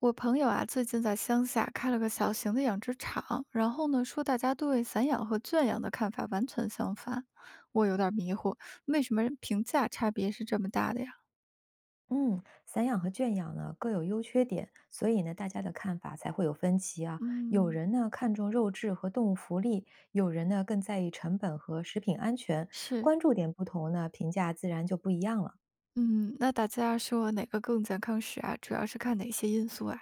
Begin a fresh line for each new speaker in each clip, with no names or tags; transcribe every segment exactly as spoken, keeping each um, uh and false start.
我朋友啊，最近在乡下开了个小型的养殖场，然后呢，说大家对散养和圈养的看法完全相反，我有点儿迷糊，为什么评价差别是这么大的呀？
嗯，散养和圈养呢各有优缺点，所以呢大家的看法才会有分歧啊。有
嗯，
人呢看重肉质和动物福利，有人呢更在意成本和食品安全，
是，
关注点不同呢，评价自然就不一样了。
嗯，那大家说哪个更健康时啊，主要是看哪些因素啊？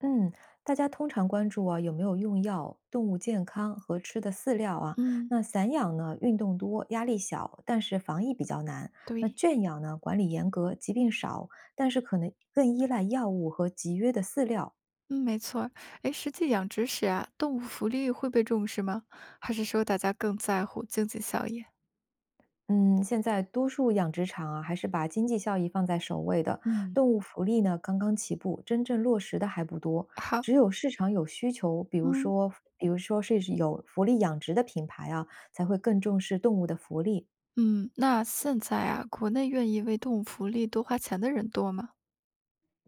嗯，大家通常关注啊有没有用药、动物健康和吃的饲料啊。
嗯，
那散养呢运动多、压力小，但是防疫比较难。那
对，
圈养呢管理严格、疾病少，但是可能更依赖药物和集约的饲料。
嗯，没错儿。哎，实际养殖时啊，动物福利会被重视吗？还是说大家更在乎经济效益？
嗯，现在多数养殖场啊，还是把经济效益放在首位的。
嗯
动物福利呢，刚刚起步，真正落实的还不多。只
好，
有市场有需求，比如
嗯。
说，比如说是有福利养殖的品牌啊，才会更重视动物的福利。
嗯，那现在啊，国内愿意为动物福利多花钱的人多吗？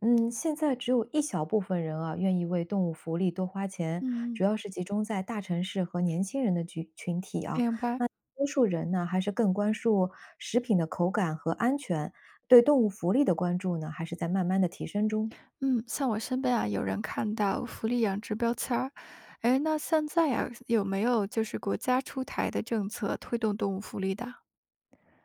嗯，现在只有一小部分人啊，愿意为动物福利多花钱，
嗯
主要是集中在大城市和年轻人的群群体啊。
明白，
多数人呢，还是更关注食品的口感和安全，对动物福利的关注呢，还是在慢慢的提升中。
嗯，像我身边啊，有人看到福利养殖标签儿，哎，那现在啊，有没有就是国家出台的政策推动动物福利的？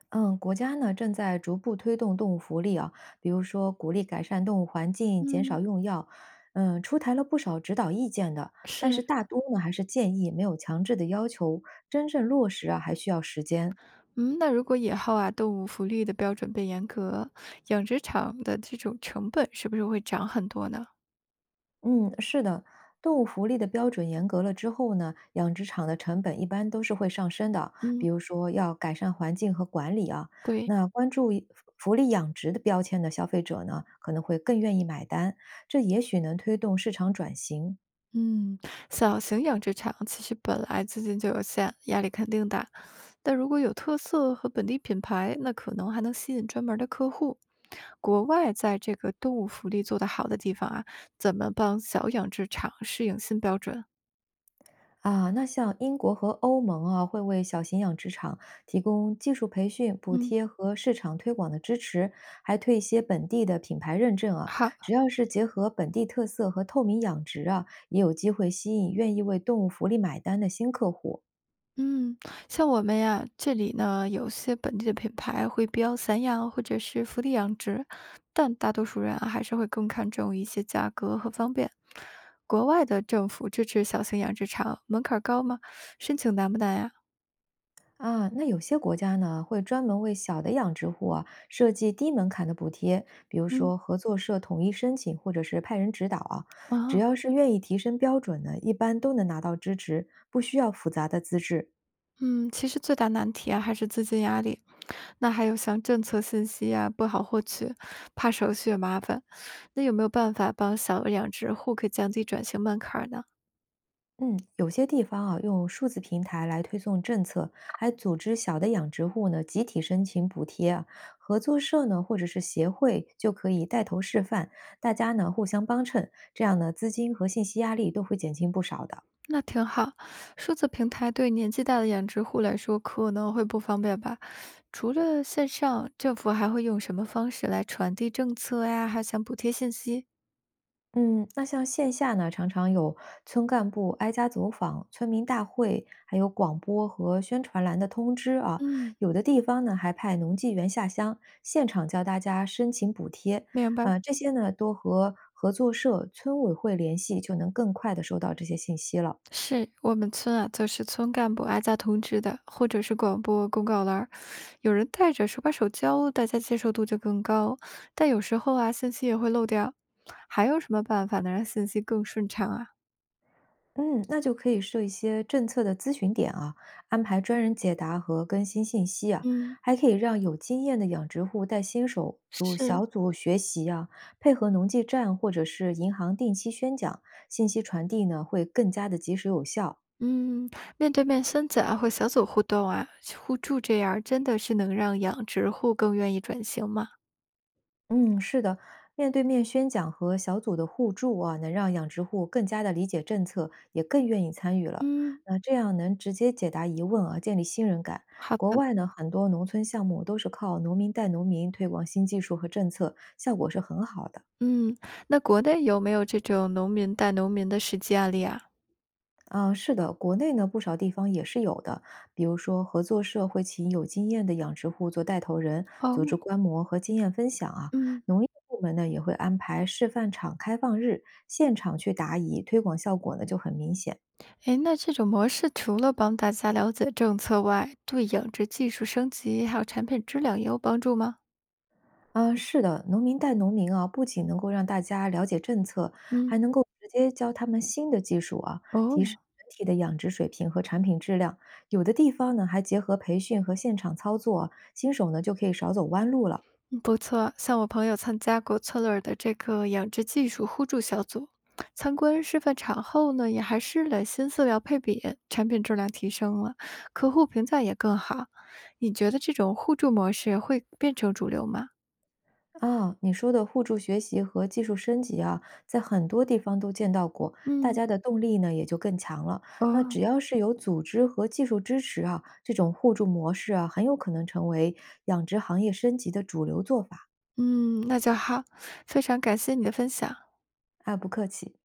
嗯，国家呢正在逐步推动动物福利啊，比如说鼓励改善动物环境，减少
嗯，
用药，嗯，出台了不少指导意见的，但
是，
是大多呢还是建议，没有强制的要求，真正落实啊还需要时间。
嗯，那如果以后啊，动物福利的标准变严格，养殖场的这种成本是不是会涨很多呢？
嗯，是的，动物福利的标准严格了之后呢，养殖场的成本一般都是会上升的，比
嗯
如说要改善环境和管理啊，
对，
那关注一福利养殖的标签的消费者呢，可能会更愿意买单。这也许能推动市场转型。
嗯，小型养殖场其实本来资金就有限，压力肯定大。但如果有特色和本地品牌，那可能还能吸引专门的客户。国外在这个动物福利做得好的地方啊，怎么帮小养殖场适应新标准？
啊，那像英国和欧盟啊，会为小型养殖场提供技术培训、补
嗯，
贴和市场推广的支持，还推一些本地的品牌认证啊。
好，
只要是结合本地特色和透明养殖啊，也有机会吸引愿意为动物福利买单的新客户。
嗯，像我们呀，这里呢有些本地的品牌会标散养或者是福利养殖，但大多数人啊还是会更看重一些价格和方便。国外的政府支持小型养殖场，门槛儿高吗？申请难不难呀？
啊，那有些国家呢，会专门为小的养殖户啊设计低门槛的补贴，比如
嗯，
说合作社统一申请，或者是派人指导啊。只
啊。
要是愿意提升标准的，一般都能拿到支持，不需要复杂的资质。
嗯，其实最大难题啊还是资金压力，那还有像政策信息呀不好获取，怕手续也麻烦。那有没有办法帮小额养殖户可以降低转型门槛儿呢？
嗯，有些地方啊，用数字平台来推送政策，还组织小的养殖户呢集体申请补贴啊。合作社呢，或者是协会就可以带头示范，大家呢互相帮衬，这样呢资金和信息压力都会减轻不少的。
那挺好，数字平台对年纪大的养殖户来说可能会不方便吧？除了线上，政府还会用什么方式来传递政策呀，还有像补贴信息？
嗯，那像线下呢，常常有村干部挨家走访、村民大会，还有广播和宣传栏的通知啊。
嗯，
有的地方呢，还派农技员下乡，现场教大家申请补贴。
明白。
呃，这些呢，都和合作社、村委会联系，就能更快的收到这些信息了。
是我们村啊，就是村干部挨家通知的，或者是广播公告栏儿有人带着手把手教，大家接受度就更高。但有时候啊，信息也会漏掉。还有什么办法能让信息更顺畅啊？
嗯，那就可以设一些政策的咨询点啊，安排专人解答和更新信息啊，
嗯，
还可以让有经验的养殖户带新手组
是，
小组学习啊，配合农技站或者是银行定期宣讲，信息传递呢会更加的及时有效。
嗯，面对面孙子啊，或小组互动啊，互助这样儿真的是能让养殖户更愿意转型吗？
嗯，是的，面对面宣讲和小组的互助啊，能让养殖户更加的理解政策，也更愿意参与了。
嗯，
那这样能直接解答疑问啊，建立信任感。
好
国
的，
外呢，很多农村项目都是靠农民带农民推广新技术和政策，效果是很好的。
嗯，那国内有没有这种农民带农民的实际案例啊？
啊，是的，国内呢不少地方也是有的，比如说合作社会请有经验的养殖户做带头人，组
哦，
织观摩和经验分享啊。
嗯。
农业部门呢也会安排示范场开放日，现场去答疑，推广效果呢就很明显。
诶，那这种模式除了帮大家了解政策外，对养殖技术升级还有产品质量也有帮助吗？
啊，是的，农民带农民啊，不仅能够让大家了解政策，
嗯，
还能够直接教他们新的技术啊，提升
哦，
整体的养殖水平和产品质量。有的地方呢还结合培训和现场操作啊新手呢就可以少走弯路了。
嗯不错，像我朋友参加过策略尔的这个养殖技术互助小组，参观示范场后呢，也还试了新饲料配比，产品质量提升了，客户评价也更好。你觉得这种互助模式会变成主流吗？
啊，你说的互助学习和技术升级啊，在很多地方都见到过，大
嗯
家的动力呢也就更强了。那
哦，
只要是有组织和技术支持啊，这种互助模式啊，很有可能成为养殖行业升级的主流做法。
嗯，那就好，非常感谢你的分享。
啊，不客气。